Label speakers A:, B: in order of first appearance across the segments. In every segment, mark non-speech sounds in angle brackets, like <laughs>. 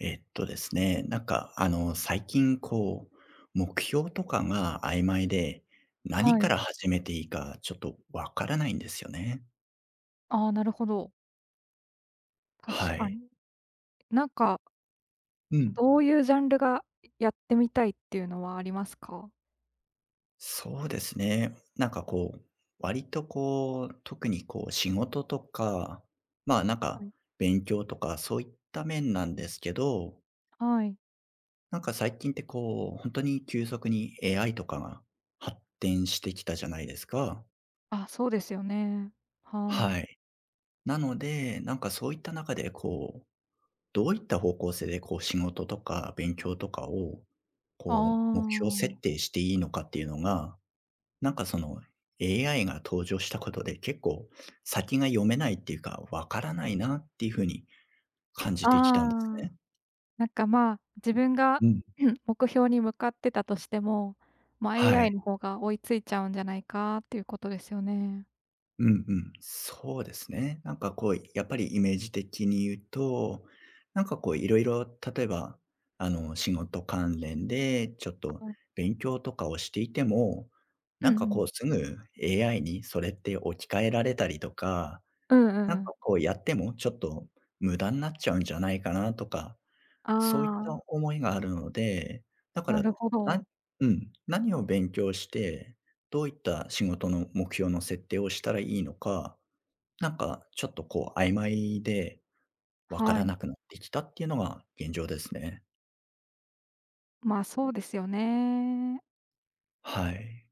A: えっとですね、なんか、最近、こう、目標とかが曖昧で、何
B: は
A: か
B: い。
A: ら始めていいかちょっとわからないんですよね。
B: ああ、なるほど。
A: は
B: 確か
A: い。
B: に。なんか、
A: うん。
B: どういうジャンルがやってみたいっていうのはありますか？
A: そうですね。なんかこう、割とこう、特にこう、仕事とか、まあなん
B: は
A: か、
B: い。
A: 勉強とか、そういった面なんですけど、
B: はい。
A: なんか最近ってこう、本当に急速に AI とかが発展してきたじゃないですか。
B: あ、そうですよね。はい。
A: はい。なので、なんかそういった中で、こう、どういった方向性で、こう、仕事とか勉強とかを、
B: あ
A: こう、目標設
B: あ。
A: 定していいのかっていうのが、なんかその、AI が登場したことで結構先が読めないっていうか、わからないなっていうふうに感
B: あ
A: じてきたんです
B: あ。
A: ね。
B: なんか、まあ、自分が
A: うん。
B: <clears throat> 目標に向かってたとしても、まあ、
A: は
B: AI
A: い。
B: の方が追いついちゃうんじゃないかっていうことですよね。
A: うんうん。そうですね。なんかこう、やっぱりイメージ的に言うと、なんかこういろいろ、例えば、仕事関連でちょっと
B: はい。
A: 勉強とかをしていても、
B: うん
A: な
B: う
A: んか
B: ん。
A: こうすぐ AI にそれって置き換えられたりとか、
B: うんうん
A: なん
B: うん。
A: かこうやってもちょっと無駄になっちゃうんじゃないかなとか
B: あ
A: そういった
B: あ、
A: 思いがあるので、だか
B: な
A: ら、
B: るほ
A: な
B: ど。
A: うん、何を勉強して、どういった仕事の目標の設定をしたらいいのか、なんかちょっとこう曖昧でわか
B: は
A: ら
B: い。
A: なくなってきたっていうのが現状ですね。
B: まあ、そうですよね。
A: はい。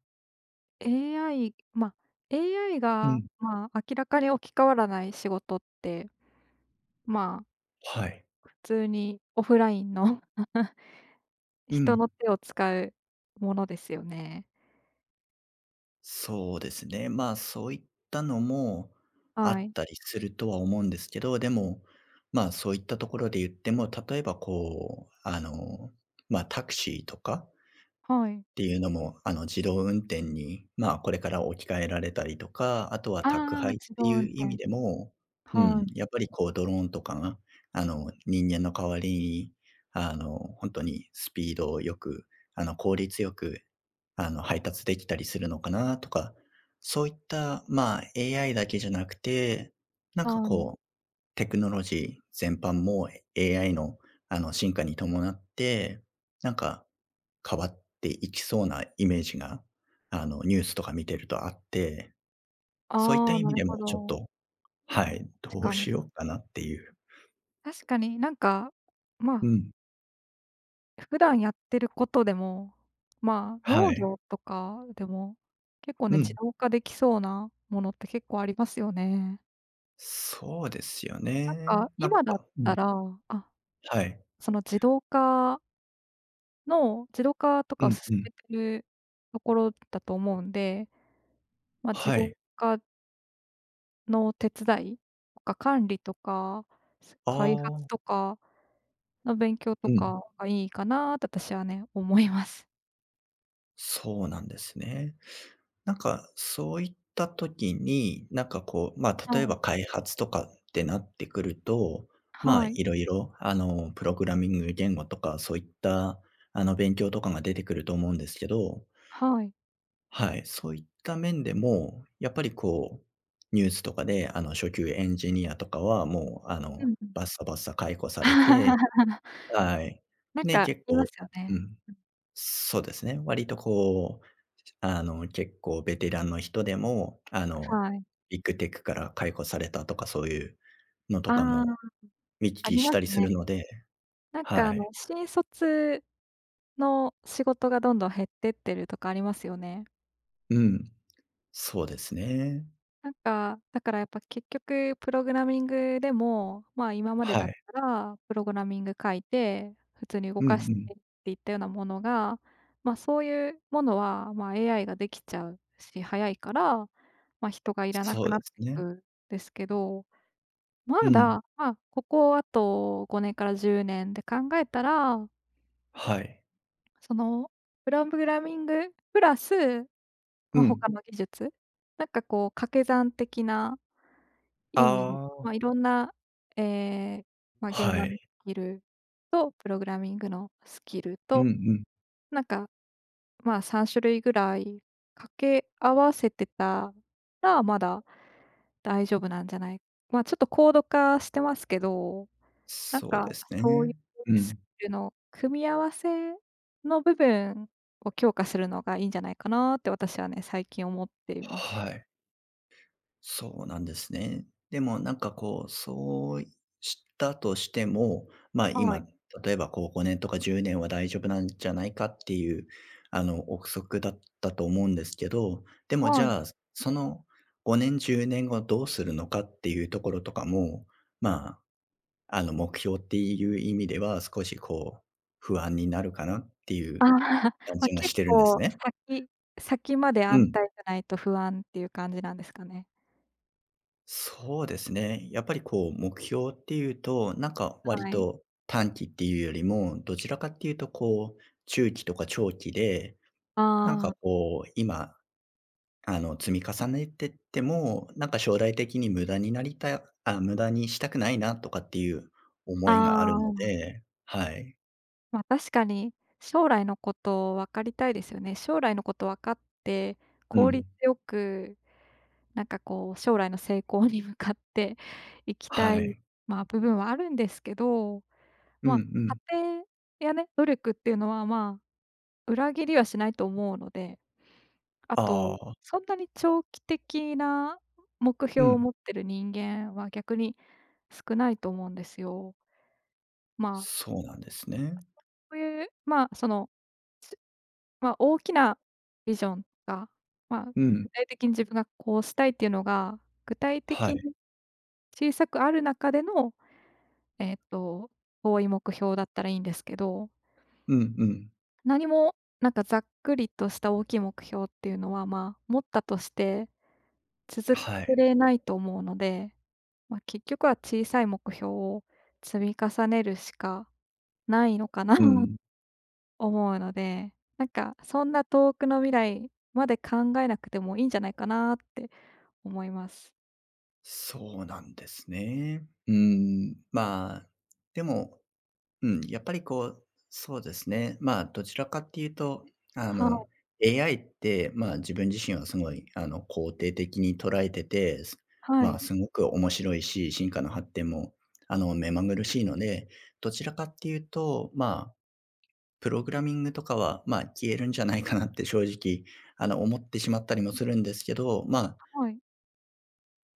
B: AI、まあ、AI
A: う
B: が、
A: ん。
B: まあ、明らかに置き換わらない仕事って、まあ、
A: はい。
B: 普通にオフラインの <laughs>
A: う
B: 人
A: ん。
B: の手を使うものですよね。
A: そうですね。まあ、そういったのもあ
B: は
A: っ
B: い。
A: たりするとは思うんですけど、でも、まあ、そういったところで言っても、例えばこう、まあ、タクシーとか
B: はい。
A: っていうのも、自動運転に、まあ、これから置き換えられたりとか、あとは
B: あ
A: 宅
B: あ、
A: 配っ
B: 自
A: て
B: 動
A: い
B: 運
A: う意味
B: 転。
A: でも、う
B: は
A: ん、
B: い、
A: やっぱりこうドローンとかが、人間の代わりに、本当にスピードよく、効率よく、配達できたりするのかなとか、そういった、まあ、AI だけじゃなくて、なんか
B: はい。
A: こうテクノロジー全般も AI の、進化に伴って、なんか、変わっていきそうなイメージが、ニュースとか見てるとあって、
B: あ
A: そういった
B: あ、
A: 意
B: な
A: 味
B: る
A: で
B: ほ
A: もちょっ
B: ど。
A: とはい、
B: 確
A: どう
B: かに。
A: しようかなっていう。
B: 確かに、なんか、ま
A: う
B: あ、
A: ん。
B: 普段やってることでも、まあ、
A: は
B: 農
A: い。
B: 業とかでも、結構
A: う
B: ね、自
A: ん。
B: 動化できそうなものって結構ありますよね。
A: そうですよ
B: なん
A: ね。
B: か、
A: なん
B: 今だっ
A: かう
B: た
A: ん。
B: ら、あ、
A: はい。
B: その自動化の自動化とか
A: う
B: を
A: ん
B: 進
A: うん。
B: めてるところだと思うんで、ま、自
A: は
B: 動
A: い。
B: 化の手伝いとか管理とか、す
A: あ
B: 開
A: あ、
B: 発とかの勉強と
A: うん。
B: かがいいかなって私はね、思います。
A: そうなんですね。なんか、そういった時に、なんかこう、まあ、
B: は
A: 例え
B: い。
A: ば開発とかってなってくると、まあ、
B: はい。
A: いろいろ、プログラミング言語とか、そういった、勉強とかが出てくると思うんですけど、
B: はい。
A: はい、そういった面でも、やっぱりこう、ニュースとかで、初級エンジニアとかはもう、
B: うんうん。
A: バッサバッサ解雇されて、
B: <laughs>
A: はい。
B: なん
A: ね
B: か
A: 結
B: いま
A: 構
B: すよ
A: う
B: ね。
A: ん。そうですね。割とこう、結構ベテランの人でも、
B: はい。
A: ビッグテックから解雇されたとかそういうのと
B: あ
A: か
B: あ、
A: も見聞
B: あり
A: きし
B: ま
A: た
B: す
A: りす
B: ね。
A: るので、
B: なん
A: は
B: か
A: い。
B: 新卒の仕事がどんどん減ってってるとかありますよね。
A: うん。そうですね。
B: なんか、だからやっぱ結局プログラミングでも、まあ、今まで
A: は
B: だっ
A: い。
B: たらプログラミング書いて、普通に動
A: うんう
B: かし
A: ん。
B: てっていったようなものが、まあ、そういうものは、まあ、AI ができちゃうし、早いから、まあ、人がいらなく
A: そう
B: な
A: で
B: って
A: す
B: いく
A: ね。
B: んですけど、
A: う
B: ま
A: ん。
B: だ、まあ、ここあと5年から10年で考えたら、
A: はい。
B: そのプログラミングプラス
A: う
B: ま、
A: ん。
B: 他の技術？なんかこう掛け算的な
A: あ
B: 意味に、ま、い
A: あ、
B: ろんな、ええ、ま、現
A: は
B: 場
A: い。
B: のスキルとプログラミングのスキル
A: うん
B: と、
A: うん。
B: なんか、ま、3種類ぐらい掛け合わせてたら、まだ大丈夫なんじゃないま、ちょっと高度化してますけど、なん
A: そう
B: か
A: です
B: そうい
A: ね。
B: う
A: う
B: ス
A: ん。
B: キルの組み合わせの部分を強化するのがいいんじゃないかなって私はね、最近思っています。
A: はい。そうなんですね。でもなんかこう、そうしたとしても、ま、
B: はい、
A: 今、例えばこう5年とか10年は大丈夫なんじゃないかっていう、憶測だったと思うんですけど、でもじ
B: はい。
A: ゃあ、その5年、10年後どうするのかっていうところとかも、まあ、目標っていう意味では少しこう、不安になるかなってい
B: <laughs> あ
A: う
B: あ、
A: 感
B: ま、
A: じがし
B: 結
A: てるんです
B: 構
A: ね。
B: 先先まで
A: う
B: 安
A: ん。
B: 泰じゃないと不安っていう感じなんですかね？
A: そうですね。やっぱりこう、目標っていうと、なんか割
B: はい。
A: と短期っていうよりも、どちらかっていうとこう、中期とか長期で、なんか
B: ああ、
A: こう、今、積み重ねてっても、なんか将来的に無駄になりたい、無駄にしたくないなとかっていう
B: あ
A: 思いがあるの
B: あ、
A: で、はい。
B: ま、確かに将来のこと分かりたいですよね。将来のこと分かって、
A: う
B: 効率
A: ん。
B: よく、なんかこう将来の成功に向かって <laughs> いきた
A: は
B: い、
A: い。
B: ま、部分はあるんですけど、
A: うん
B: ま、過
A: うん。
B: 程やね、努力っていうのは、まあ、裏切りはしないと思うのであと、
A: ああ、
B: そんなに長期的な目
A: う
B: 標を
A: ん。
B: 持ってる人間は逆に少ないと思うんですよ。まあ、
A: そうなんですね。
B: そういう、まあ、その、まあ、大きなビジョンが、まあ、
A: うん。
B: 具体的に自分がこうしたいっていうのが、具体
A: は
B: 的
A: い。
B: に小さくある中での、えっと、遠い目標だったらいいんですけど、
A: うんうん。
B: 何もなんかざっくりとした大きい目標っていうのは、まあ、持ったとして続
A: は
B: け
A: い。
B: れないと思うのでまあ、結局は小さい目標を積み重ねるしかないのかな <laughs> と
A: うん。
B: 思うので、なんかそんな遠くの未来まで考えなくてもいいんじゃないかなって思います。
A: そうなんですね。うん、まあ、でも、うん、やっぱりこう、そうですね。まあ、どちらかっていうと、あ
B: は
A: の、
B: い
A: AI って、まあ、自分自身はすごい、肯定的に捉えてて、
B: は
A: まあ、
B: い
A: すごく面白いし、進化の発展も、目まぐるしいので、どちらかっていうと、まあ、プログラミングとかは、まあ、消えるんじゃないかなって正直、思ってしまったりもするんですけど、ま
B: はい。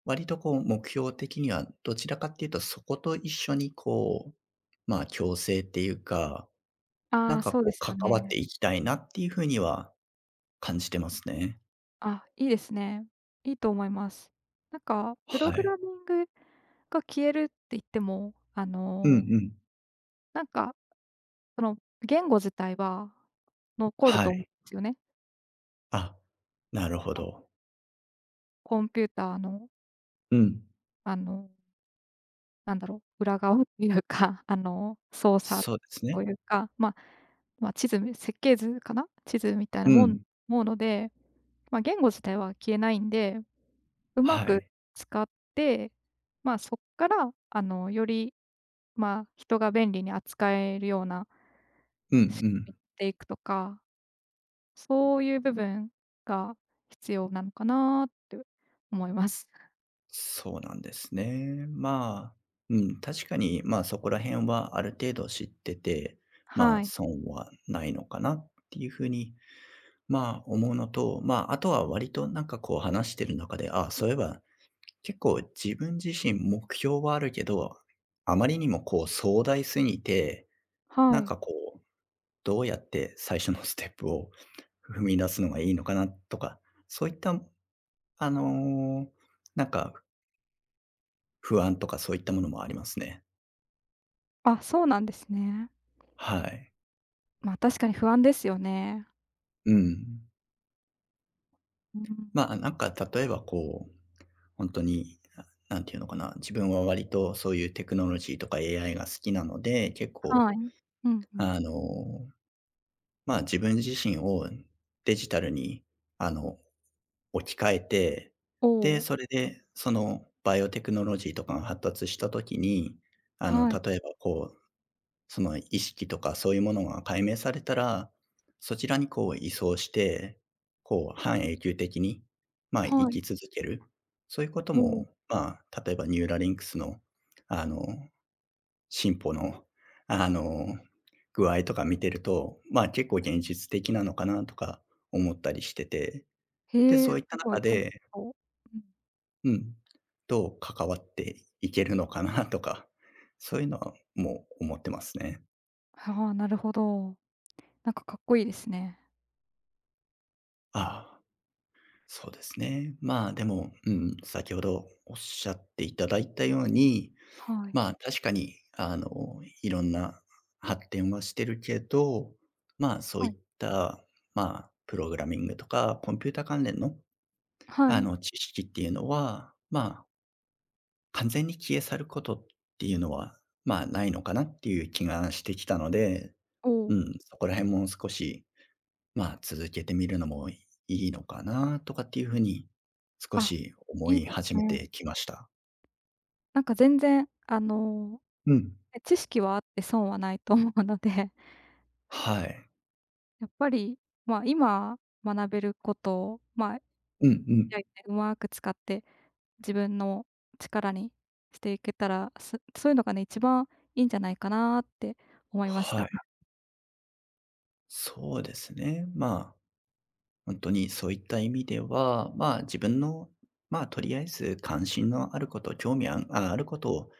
A: 割とこう、目標的にはどちらかっていうと、そこと一緒にこう、まあ、共生っていうか、
B: あ
A: なん
B: あ、
A: か
B: そう
A: こ
B: で
A: う
B: すよ
A: 関わっ
B: ね。
A: ていきたいなっていう風には感じてますね。
B: あ、いいですね。いいと思います。なんかプロ
A: は
B: グラ
A: い。
B: ミングが消えるって言っても、
A: うんうん。
B: なんかその言語自体は残る
A: は
B: と思うんで
A: い。
B: すよね。
A: あ、なるほ
B: あの
A: ど。
B: コンピューターの、
A: うん。
B: あの裏側というか、操作
A: そうです
B: と
A: ね。
B: いうか、まあ、地図設計図かな？地図みたいな
A: う
B: もん
A: ん。
B: もうので、まあ、言語自体は消えないんで、うま
A: は
B: く
A: い。
B: 使って、まあ、そこから、より、まあ、人が便利に扱えるような
A: うんう
B: 仕組みに
A: ん。
B: していくとか、そういう部分が必要なのかなって思います。
A: そうなんですね。まあ、うん、確かに、まあ、そこら辺はある程度知ってて、ま
B: は
A: あ、
B: い。
A: 損はないのかなっていう風にまあ、思うのと、まあ、あとは割となんかこう話してる中で、ああ、そういえば結構自分自身目標はあるけど、あまりにもこう壮大すぎて、
B: は
A: なん
B: い。
A: かこう、どうやって最初のステップを <laughs> 踏み出すのがいいのかなとか、そういった、あのーなんか不安とかそういったものもありますね。
B: あ、そうなんですね。
A: はい。
B: まあ、確かに不安ですよね。
A: うん。
B: うん、
A: まあ、なんか例えばこう本当にに、なんていうのかな、自分は割とそういうテクノロジーとか AI が好きなので、結構、
B: はい。うんうん。
A: あの、まあ、自分自身をデジタルに、あの、置き換えて、
B: お
A: で、
B: お、
A: それで、そのバイオテクノロジーとかが発達したときに、
B: はい、
A: 例えばこうその意識とかそういうものが解明されたら、そちらにこう移送して、こう半永久的に、まあ、生
B: はい。
A: き続ける。そういうこと
B: おお、
A: も、まあ、例えばニューラリンクスの、あの、進歩の、あの、具合とか見てると、ま、結構現実的なのかなとか思ったりしてて、
B: へ
A: で、
B: え、
A: そういった
B: すご
A: 中
B: い楽し
A: で
B: そう。うん。
A: うん、どう関わっていけるのかなとか、そういうのはもう思ってますね。
B: はあ、なるほど。なんかかっこいいですね。
A: ああ。そうですね。まあ、でも、うん、先ほどおっしゃっていただいたように、
B: はい。
A: まあ、確かに、いろんな発展はしてるけど、まあ、そう
B: は
A: い
B: い。
A: った、まあ、プログラミングとかコンピュータ関連の、
B: はい。
A: 知識っていうのは、まあ、完全に消え去ることっていうのは、まあ、ないのかなっていう気がしてきたので、
B: お
A: う
B: お、
A: ん、そこら辺も少しまあ、続けてみるのもいいのかなとかっていう風に、少
B: あ、
A: し思
B: いい
A: い
B: です
A: 始め
B: ね。
A: てきました。
B: なんか全然、
A: うん。
B: ね、知識はあって損はないと思うので、
A: はい。
B: やっぱり、まあ、今学べることを、まあ、
A: うんうん。
B: a うまく使って自分の力にしていけたら、そういうのがね、一番いいんじゃないかなって思いまし
A: は
B: た。
A: い。そうですね。まあ、本当にそういった意味では、まあ、自分の、まあ、とりあえず関心のあること、興味ああることを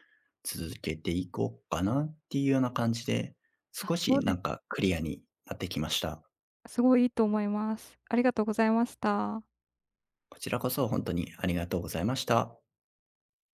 A: 続けていこうかなっていうような感じで、
B: あ、
A: 少し
B: そう
A: な
B: で
A: ん
B: す。
A: かクリアになってきました。
B: すごいいいと思います。ありがとうございました。
A: こちらこそ本当にありがとうございました。